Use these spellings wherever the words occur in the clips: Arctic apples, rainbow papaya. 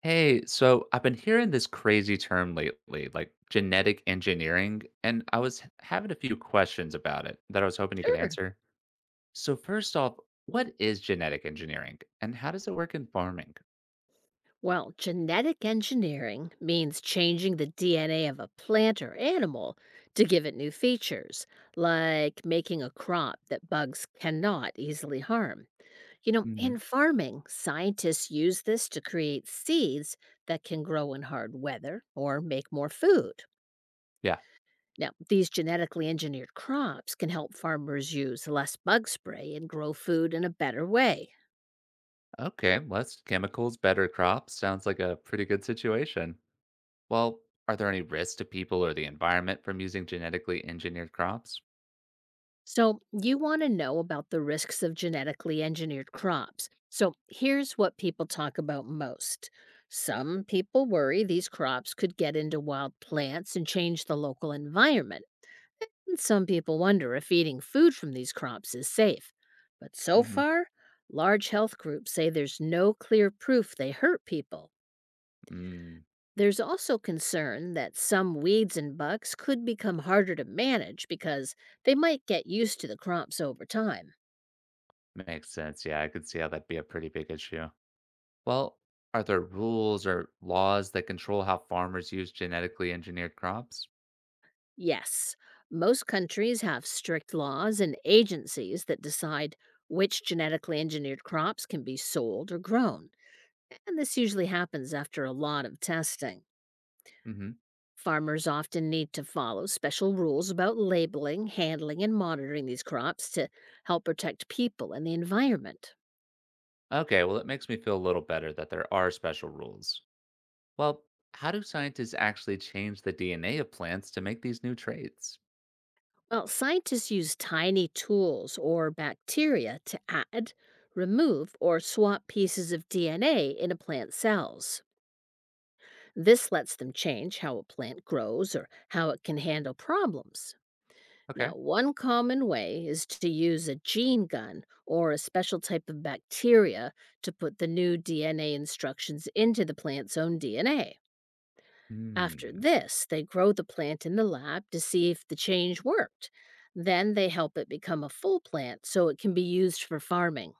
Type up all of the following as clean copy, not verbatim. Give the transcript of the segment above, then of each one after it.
Hey, so I've been hearing this crazy term lately, like genetic engineering, and I was having a few questions about it that I was hoping you could Sure. answer. So first off, what is genetic engineering and how does it work in farming? Well, genetic engineering means changing the DNA of a plant or animal to give it new features, like making a crop that bugs cannot easily harm. You know, Hmm. in farming, scientists use this to create seeds that can grow in hard weather or make more food. Yeah. Now, these genetically engineered crops can help farmers use less bug spray and grow food in a better way. Okay, less chemicals, better crops. Sounds like a pretty good situation. Well, are there any risks to people or the environment from using genetically engineered crops? So, you want to know about the risks of genetically engineered crops. So, here's what people talk about most. Some people worry these crops could get into wild plants and change the local environment. And some people wonder if eating food from these crops is safe. But so Hmm. far, large health groups say there's no clear proof they hurt people. Mm, There's also concern that some weeds and bugs could become harder to manage because they might get used to the crops over time. makes sense. Yeah, I could see how that'd be a pretty big issue. Well, are there rules or laws that control how farmers use genetically engineered crops? Yes, most countries have strict laws and agencies that decide which genetically engineered crops can be sold or grown, and this usually happens after a lot of testing. Hmm. Farmers often need to follow special rules about labeling, handling, and monitoring these crops to help protect people and the environment. Okay, well, it makes me feel a little better that there are special rules. Well, how do scientists actually change the DNA of plants to make these new traits? Well, scientists use tiny tools or bacteria to add, remove, or swap pieces of DNA in a plant's cells. This lets them change how a plant grows or how it can handle problems. Now, Okay. one common way is to use a gene gun or a special type of bacteria to put the new DNA instructions into the plant's own DNA. After Hmm. this, they grow the plant in the lab to see if the change worked. Then they help it become a full plant so it can be used for farming.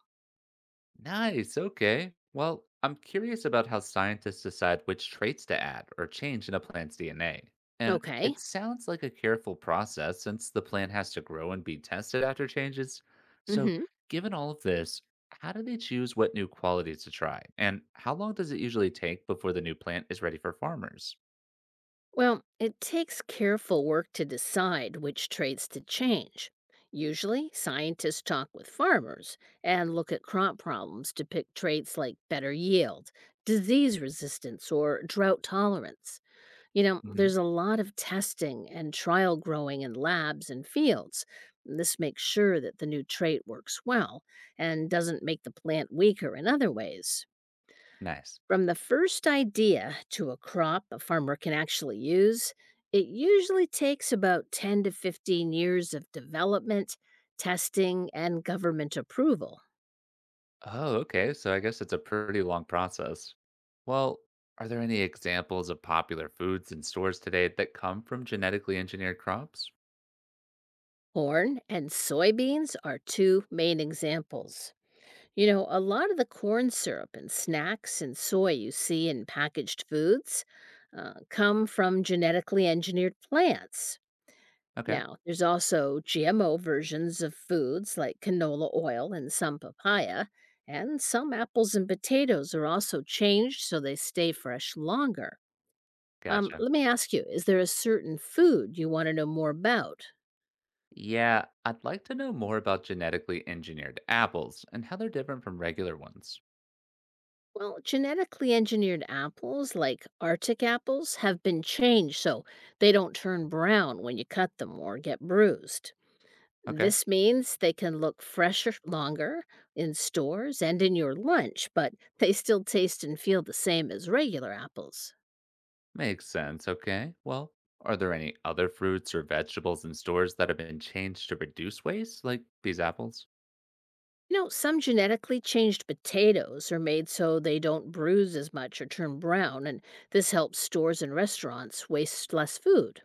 Nice. Okay. Well, I'm curious about how scientists decide which traits to add or change in a plant's DNA. And Okay. it sounds like a careful process since the plant has to grow and be tested after changes. Mm So, hmm. given all of this, how do they choose what new qualities to try? And how long does it usually take before the new plant is ready for farmers? Well, it takes careful work to decide which traits to change. Usually, scientists talk with farmers and look at crop problems to pick traits like better yield, disease resistance, or drought tolerance. You know, Hmm. there's a lot of testing and trial growing in labs and fields. This makes sure that the new trait works well and doesn't make the plant weaker in other ways. Nice. From the first idea to a crop a farmer can actually use, it usually takes about 10 to 15 years of development, testing, and government approval. Oh, okay. So I guess it's a pretty long process. Well, are there any examples of popular foods in stores today that come from genetically engineered crops? Corn and soybeans are two main examples. You know, a lot of the corn syrup and snacks and soy you see in packaged foods come from genetically engineered plants. Okay, Now, there's also GMO versions of foods like canola oil and some papaya, and some apples and potatoes are also changed so they stay fresh longer. Gotcha. Let me ask you, is there a certain food you want to know more about? Yeah, I'd like to know more about genetically engineered apples and how they're different from regular ones. Well, genetically engineered apples like Arctic apples have been changed so they don't turn brown when you cut them or get bruised. Okay, This means they can look fresher longer in stores and in your lunch, but they still taste and feel the same as regular apples. makes sense. Okay, well, are there any other fruits or vegetables in stores that have been changed to reduce waste, like these apples? You know, some genetically changed potatoes are made so they don't bruise as much or turn brown, and this helps stores and restaurants waste less food.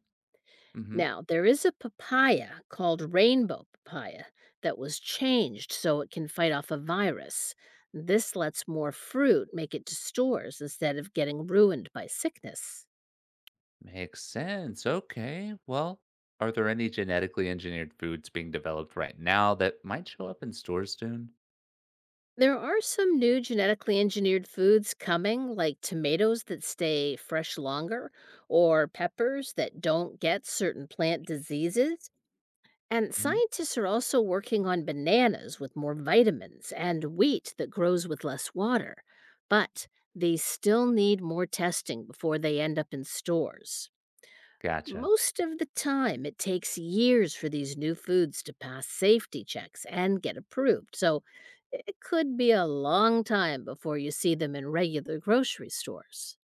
Mm-hmm. Now, there is a papaya called rainbow papaya that was changed so it can fight off a virus. This lets more fruit make it to stores instead of getting ruined by sickness. Makes sense. Okay. Well, are there any genetically engineered foods being developed right now that might show up in stores soon? There are some new genetically engineered foods coming, like tomatoes that stay fresh longer, or peppers that don't get certain plant diseases. And Hmm. scientists are also working on bananas with more vitamins and wheat that grows with less water. But they still need more testing before they end up in stores. Gotcha. Most of the time, it takes years for these new foods to pass safety checks and get approved, so it could be a long time before you see them in regular grocery stores.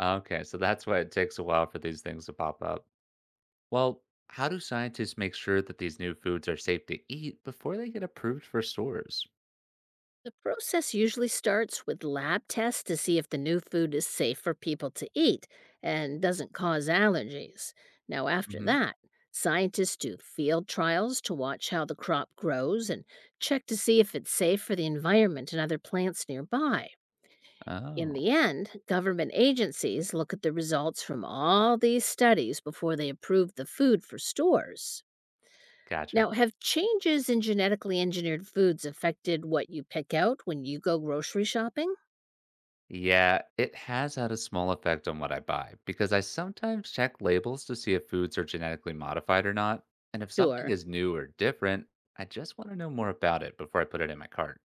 Okay. So that's why it takes a while for these things to pop up. Well, how do scientists make sure that these new foods are safe to eat before they get approved for stores? The process usually starts with lab tests to see if the new food is safe for people to eat and doesn't cause allergies. Now, after Hmm. that, scientists do field trials to watch how the crop grows and check to see if it's safe for the environment and other plants nearby. Oh, In the end, government agencies look at the results from all these studies before they approve the food for stores. gotcha. Now, have changes in genetically engineered foods affected what you pick out when you go grocery shopping? Yeah, it has had a small effect on what I buy because I sometimes check labels to see if foods are genetically modified or not. And if something Sure, is new or different, I just want to know more about it before I put it in my cart.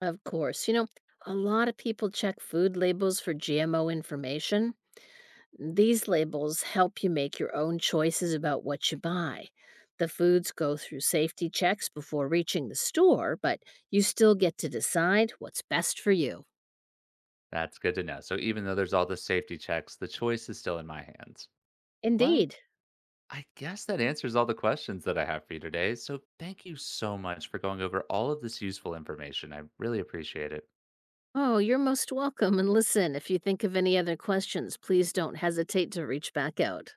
of course. You know, a lot of people check food labels for GMO information. These labels help you make your own choices about what you buy. The foods go through safety checks before reaching the store, but you still get to decide what's best for you. That's good to know. So even though there's all the safety checks, the choice is still in my hands. Well, Indeed. I guess that answers all the questions that I have for you today. So thank you so much for going over all of this useful information. I really appreciate it. Oh, you're most welcome. And listen, if you think of any other questions, please don't hesitate to reach back out.